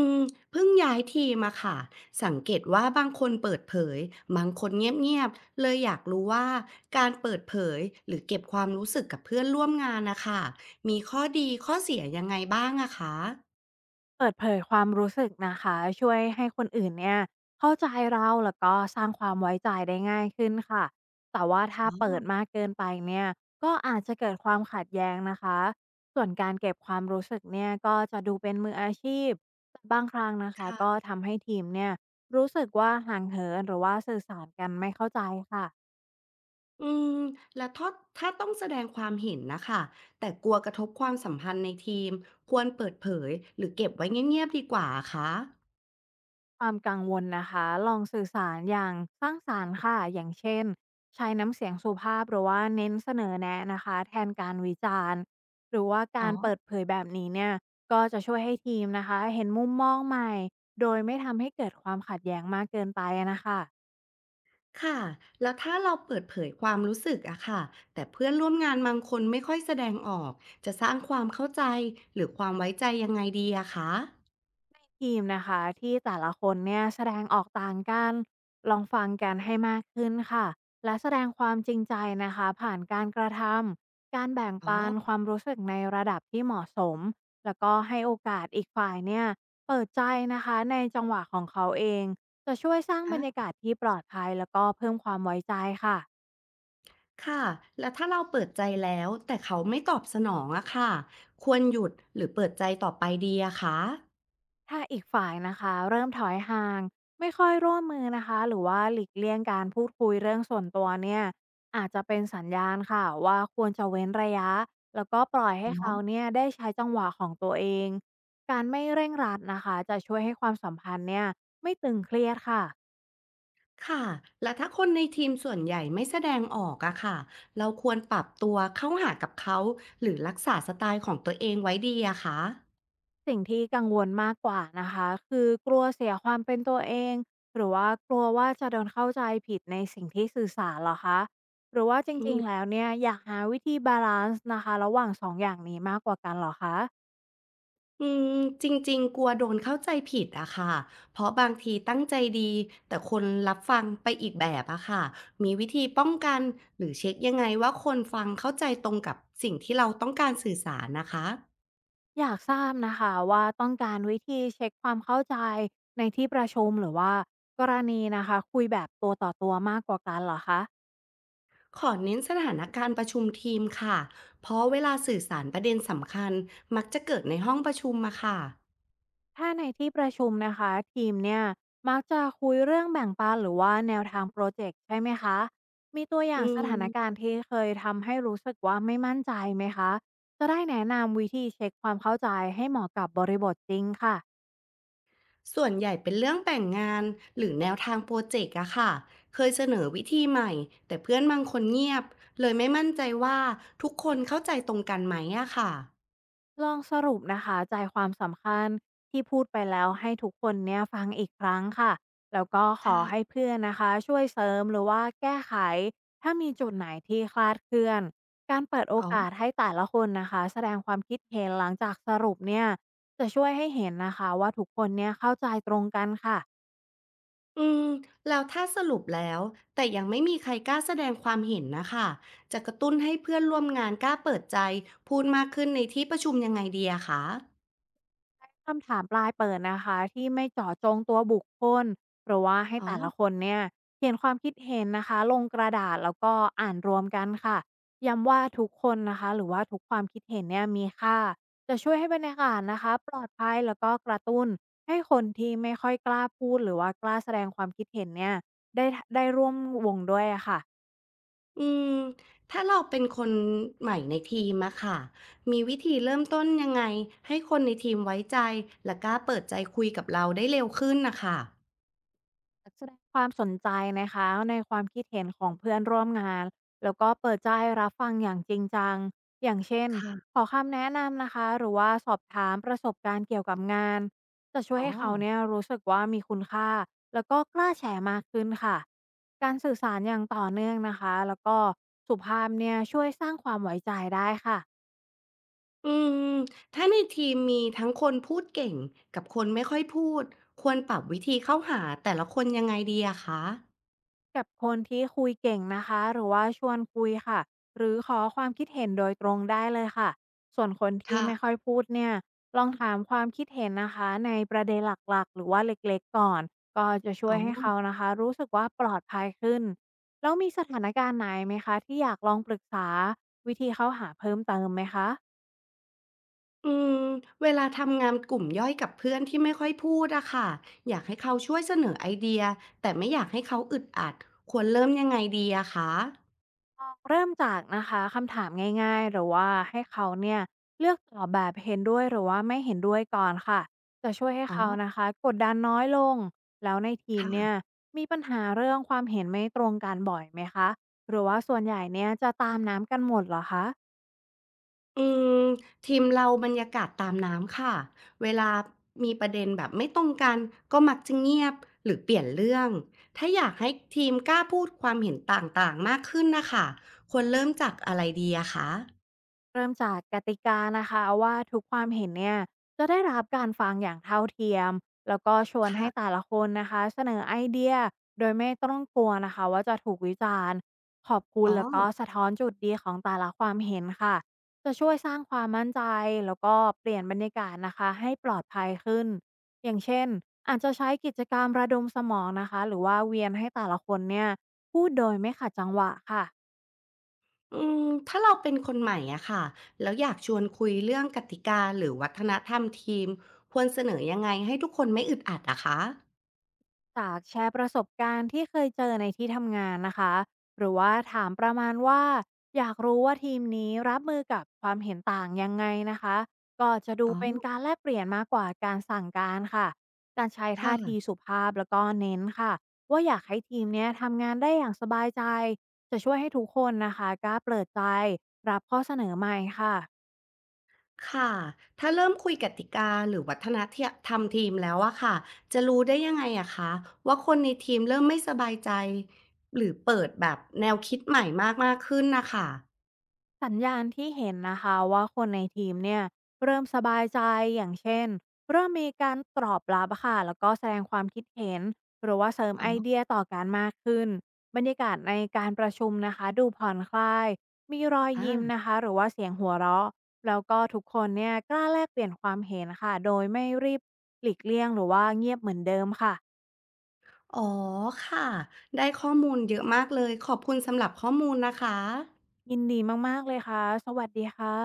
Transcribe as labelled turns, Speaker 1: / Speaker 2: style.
Speaker 1: อืมเพิ่งย้ายทีมอะค่ะสังเกตว่าบางคนเปิดเผยบางคนเงียบๆเลยอยากรู้ว่าการเปิดเผยหรือเก็บความรู้สึกกับเพื่อนร่วมงานนะคะมีข้อดีข้อเสียยังไงบ้างอะคะ
Speaker 2: เปิดเผยความรู้สึกนะคะช่วยให้คนอื่นเนี่ยเข้าใจเราแล้วก็สร้างความไว้ใจได้ง่ายขึ้นค่ะแต่ว่าถ้าเปิดมากเกินไปเนี่ยก็อาจจะเกิดความขัดแย้งนะคะส่วนการเก็บความรู้สึกเนี่ยก็จะดูเป็นมืออาชีพแต่บางครั้งนะคะ
Speaker 1: ค่ะ
Speaker 2: ก็ทำให้ทีมเนี่ยรู้สึกว่าห่างเหินหรือว่าสื่อสารกันไม่เข้าใจค่ะ
Speaker 1: อืมแล้วถ้าต้องแสดงความเห็นนะคะ แต่กลัวกระทบความสัมพันธ์ในทีมควรเปิดเผยหรือเก็บไว้เงียบๆดีกว่าคะ
Speaker 2: ความกังวลนะคะลองสื่อสารอย่างสร้างสรรค์ค่ะอย่างเช่นใช้น้ำเสียงสุภาพหรือว่าเน้นเสนอแนะนะคะแทนการวิจารณ์หรือว่า
Speaker 1: อ๋
Speaker 2: การเปิด
Speaker 1: อ
Speaker 2: เผยแบบนี้เนี่ยก็จะช่วยให้ทีมนะคะเห็นมุมมองใหม่โดยไม่ทำให้เกิดความขัดแย้งมากเกินไปอะนะคะ
Speaker 1: ค่ะแล้วถ้าเราเปิดเผยความรู้สึกอะค่ะแต่เพื่อนร่วมงานบางคนไม่ค่อยแสดงออกจะสร้างความเข้าใจหรือความไว้ใจยังไงดีอะคะ
Speaker 2: ทีมนะคะที่แต่ละคนเนี่ยแสดงออกต่างกันลองฟังกันให้มากขึ้นค่ะและแสดงความจริงใจนะคะผ่านการกระทำการแบ่ง
Speaker 1: อ๋อ
Speaker 2: ปันความรู้สึกในระดับที่เหมาะสมแล้วก็ให้โอกาสอีกฝ่ายเนี่ยเปิดใจนะคะในจังหวะของเขาเองจะช่วยสร้างบร
Speaker 1: อ
Speaker 2: รยา
Speaker 1: ะ
Speaker 2: กาศที่ปลอดภัยแล้วก็เพิ่มความไว้ใจค่ะ
Speaker 1: ค่ะแล้วถ้าเราเปิดใจแล้วแต่เขาไม่ตอบสนองอะค่ะควรหยุดหรือเปิดใจต่อไปดีอะคะ
Speaker 2: ถ้าอีกฝ่ายนะคะเริ่มถอยห่างไม่ค่อยร่วมมือนะคะหรือว่าหลีกเลี่ยงการพูดคุยเรื่องส่วนตัวเนี่ยอาจจะเป็นสัญญาณค่ะว่าควรจะเว้นระยะแล้วก็ปล่อยให้
Speaker 1: อ๋
Speaker 2: เขา
Speaker 1: อ
Speaker 2: เนี่ยได้ใช้จังหวะของตัวเองการไม่เร่งรัดนะคะจะช่วยให้ความสัมพันธ์เนี่ยไม่ตึงเครียดค่ะ
Speaker 1: ค่ะแล้วถ้าคนในทีมส่วนใหญ่ไม่แสดงออกอะค่ะเราควรปรับตัวเข้าหากับเขาหรือรักษาสไตล์ของตัวเองไว้ดีอะคะ
Speaker 2: สิ่งที่กังวลมากกว่านะคะคือกลัวเสียความเป็นตัวเองหรือว่ากลัวว่าจะโดนเข้าใจผิดในสิ่งที่สื่อสารเหรอคะหรือว่าจริงๆแล้วเนี่ยอยากหาวิธีบาลานซ์นะคะระหว่างสองอย่างนี้มากกว่ากันเหรอคะ
Speaker 1: อืมจริงๆกลัวโดนเข้าใจผิดอะค่ะเพราะบางทีตั้งใจดีแต่คนรับฟังไปอีกแบบอะค่ะมีวิธีป้องกันหรือเช็คยังไงว่าคนฟังเข้าใจตรงกับสิ่งที่เราต้องการสื่อสารนะคะ
Speaker 2: อยากทราบนะคะว่าต้องการวิธีเช็คความเข้าใจในที่ประชุมหรือว่ากรณีนะคะคุยแบบตัวต่อตัวมากกว่ากันเหรอคะ
Speaker 1: ขอเน้นสถานการณ์ประชุมทีมค่ะเพราะเวลาสื่อสารประเด็นสำคัญมักจะเกิดในห้องประชุมอะค่ะ
Speaker 2: ถ้าในที่ประชุมนะคะทีมเนี่ยมักจะคุยเรื่องแบ่งปันหรือว่าแนวทางโปรเจกต์ใช่ไหมคะมีตัวอ
Speaker 1: อื
Speaker 2: ย่างสถานการ
Speaker 1: ม
Speaker 2: ณ์ที่เคยทำให้รู้สึกว่าไม่มั่นใจไหมคะจะได้แนะนำวิธีเช็คความเข้าใจให้เหมาะกับบริบทจริงค่ะ
Speaker 1: ส่วนใหญ่เป็นเรื่องแต่งงานหรือแนวทางโปรเจกต์อะค่ะเคยเสนอวิธีใหม่แต่เพื่อนบางคนเงียบเลยไม่มั่นใจว่าทุกคนเข้าใจตรงกันไหมอะค่ะ
Speaker 2: ลองสรุปนะคะใจความสำคัญที่พูดไปแล้วให้ทุกคนเนี่ยฟังอีกครั้งค่ะแล้วก็ขอ
Speaker 1: ค่ะ
Speaker 2: ให้เพื่อนนะคะช่วยเสริมหรือว่าแก้ไขถ้ามีจุดไหนที่คลาดเคลื่อนการเปิดโอ
Speaker 1: อ๋อ
Speaker 2: กาสให้แต่ละคนนะคะแสดงความคิดเห็นหลังจากสรุปเนี่ยจะช่วยให้เห็นนะคะว่าทุกคนเนี่ยเข้าใจตรงกันค่ะ
Speaker 1: อืมแล้วถ้าสรุปแล้วแต่ยังไม่มีใครกล้าแสดงความเห็นนะคะจะกระตุ้นให้เพื่อนร่วมงานกล้าเปิดใจพูดมากขึ้นในที่ประชุมยังไงดีอะคะ
Speaker 2: คำถามปลายเปิดนะคะที่ไม่เจาะจงตัวบุคคลหรือว่าให้
Speaker 1: อ๋อ
Speaker 2: แต่ละคนเนี่ยเขียนความคิดเห็นนะคะลงกระดาษแล้วก็อ่านรวมกันค่ะย้ำว่าทุกคนนะคะหรือว่าทุกความคิดเห็นเนี่ยมีค่าจะช่วยให้บรรยากาศนะคะปลอดภัยแล้วก็กระตุ้นให้คนที่ไม่ค่อยกล้าพูดหรือว่ากล้าแสดงความคิดเห็นเนี่ยได้ได้ร่วมวงด้วยอะค่ะ
Speaker 1: อืมถ้าเราเป็นคนใหม่ในทีมอะค่ะมีวิธีเริ่มต้นยังไงให้คนในทีมไว้ใจและกล้าเปิดใจคุยกับเราได้เร็วขึ้นนะคะ
Speaker 2: แสดงความสนใจนะคะในความคิดเห็นของเพื่อนร่วมงานแล้วก็เปิดใจรับฟังอย่างจริงจังอย่างเช่น
Speaker 1: ค่ะ
Speaker 2: ขอคำแนะนำนะคะหรือว่าสอบถามประสบการณ์เกี่ยวกับงานจะช่ว
Speaker 1: อ๋
Speaker 2: ย
Speaker 1: อ
Speaker 2: ให้เขาเนี่ยรู้สึกว่ามีคุณค่าแล้วก็กล้าแชร์มากขึ้นค่ะการสื่อสารอย่างต่อเนื่องนะคะแล้วก็สุภาพเนี่ยช่วยสร้างความไว้ใจได้ค่ะ
Speaker 1: อืมถ้าในทีมมีทั้งคนพูดเก่งกับคนไม่ค่อยพูดควรปรับวิธีเข้าหาแต่ละคนยังไงดีอะคะ
Speaker 2: กับคนที่คุยเก่งนะคะหรือว่าชวนคุยค่ะหรือขอความคิดเห็นโดยตรงได้เลยค่ะส่วนคนที่
Speaker 1: ค่ะ
Speaker 2: ไม่ค่อยพูดเนี่ยลองถามความคิดเห็นนะคะในประเด็นหลักๆหรือว่าเล็กๆก่อนก็จะช่ว
Speaker 1: อ๋
Speaker 2: ย
Speaker 1: อ
Speaker 2: ให้เขานะคะรู้สึกว่าปลอดภัยขึ้นแล้วมีสถานการณ์ไหนไหมคะที่อยากลองปรึกษาวิธีเข้าหาเพิ่มเติมไหมคะ
Speaker 1: อืมเวลาทำงานกลุ่มย่อยกับเพื่อนที่ไม่ค่อยพูดอะค่ะอยากให้เขาช่วยเสนอไอเดียแต่ไม่อยากให้เขาอึดอัดควรเริ่มยังไงดีอะคะ
Speaker 2: เริ่มจากนะคะคำถามง่ายๆหรือว่าให้เขาเนี่ยเลือกตอบแบบเห็นด้วยหรือว่าไม่เห็นด้วยก่อนค่ะจะช่วยให้
Speaker 1: อ๋อ
Speaker 2: เขานะคะกดดันน้อยลงแล้วในทีมเนี่ย
Speaker 1: ค่ะ
Speaker 2: มีปัญหาเรื่องความเห็นไม่ตรงกันบ่อยไหมคะหรือว่าส่วนใหญ่เนี่ยจะตามน้ำกันหมดเหรอคะ
Speaker 1: อืมทีมเราบรรยากาศตามน้ำค่ะเวลามีประเด็นแบบไม่ตรงกันก็มักจะเงียบหรือเปลี่ยนเรื่องถ้าอยากให้ทีมกล้าพูดความเห็นต่างๆมากขึ้นนะคะควรเริ่มจากอะไรดีอะคะ
Speaker 2: เริ่มจากกติกานะคะว่าทุกความเห็นเนี่ยจะได้รับการฟังอย่างเท่าเทียมแล้วก็ชวนให้แต่
Speaker 1: ค่ะ
Speaker 2: ละคนนะคะเสนอไอเดียโดยไม่ต้องกลัวนะคะว่าจะถูกวิจารณ์ขอบคุ
Speaker 1: อ๋อ
Speaker 2: ณแล้วก็สะท้อนจุดดีของแต่ละความเห็นค่ะจะช่วยสร้างความมั่นใจแล้วก็เปลี่ยนบรรยากาศนะคะให้ปลอดภัยขึ้นอย่างเช่นอาจจะใช้กิจกรรมระดมสมองนะคะหรือว่าเวียนให้แต่ละคนเนี่ยพูดโดยไม่ขัดจังหวะค่ะ
Speaker 1: ถ้าเราเป็นคนใหม่อะค่ะแล้วอยากชวนคุยเรื่องกติกาหรือวัฒนธรรมทีมควรเสนอยังไงให้ทุกคนไม่อึดอัดอะคะ
Speaker 2: จากแชร์ประสบการณ์ที่เคยเจอในที่ทำงานนะคะหรือว่าถามประมาณว่าอยากรู้ว่าทีมนี้รับมือกับความเห็นต่างยังไงนะคะก็จะดู
Speaker 1: อ๋
Speaker 2: เป็น
Speaker 1: อ
Speaker 2: การแลกเปลี่ยนมากกว่าการสั่งการค่ะการใช้
Speaker 1: ค่ะ
Speaker 2: ท่าทีสุภาพแล้วก็เน้นค่ะว่าอยากให้ทีมเนี้ยทำงานได้อย่างสบายใจจะช่วยให้ทุกคนนะคะกล้าเปิดใจรับข้อเสนอใหม่ค่ะ
Speaker 1: ค่ะถ้าเริ่มคุยกติกาหรือวัฒนธรรมทีมแล้วอะค่ะจะรู้ได้ยังไงอะคะว่าคนในทีมเริ่มไม่สบายใจหรือเปิดแบบแนวคิดใหม่มากมากขึ้นนะคะ
Speaker 2: สัญญาณที่เห็นนะคะว่าคนในทีมเนี่ยเริ่มสบายใจอย่างเช่นเริ่มมีการตอบรับค่ะแล้วก็แสดงความคิดเห็นหรือว่าเสริม
Speaker 1: อ๋อ
Speaker 2: ไอเดียต่อการมากขึ้นบรรยากาศในการประชุมนะคะดูผ่อนคลายมีรอย
Speaker 1: อา
Speaker 2: ยิ้มนะคะหรือว่าเสียงหัวเราะแล้วก็ทุกคนเนี่ยกล้าแลกเปลี่ยนความเห็นค่ะโดยไม่รีบหลีกเลี่ยงหรือว่าเงียบเหมือนเดิมค่ะ
Speaker 1: อ๋อค่ะได้ข้อมูลเยอะมากเลยขอบคุณสำหรับข้อมูลนะคะ
Speaker 2: ยินดีมากๆเลยค่ะสวัสดีค่ะ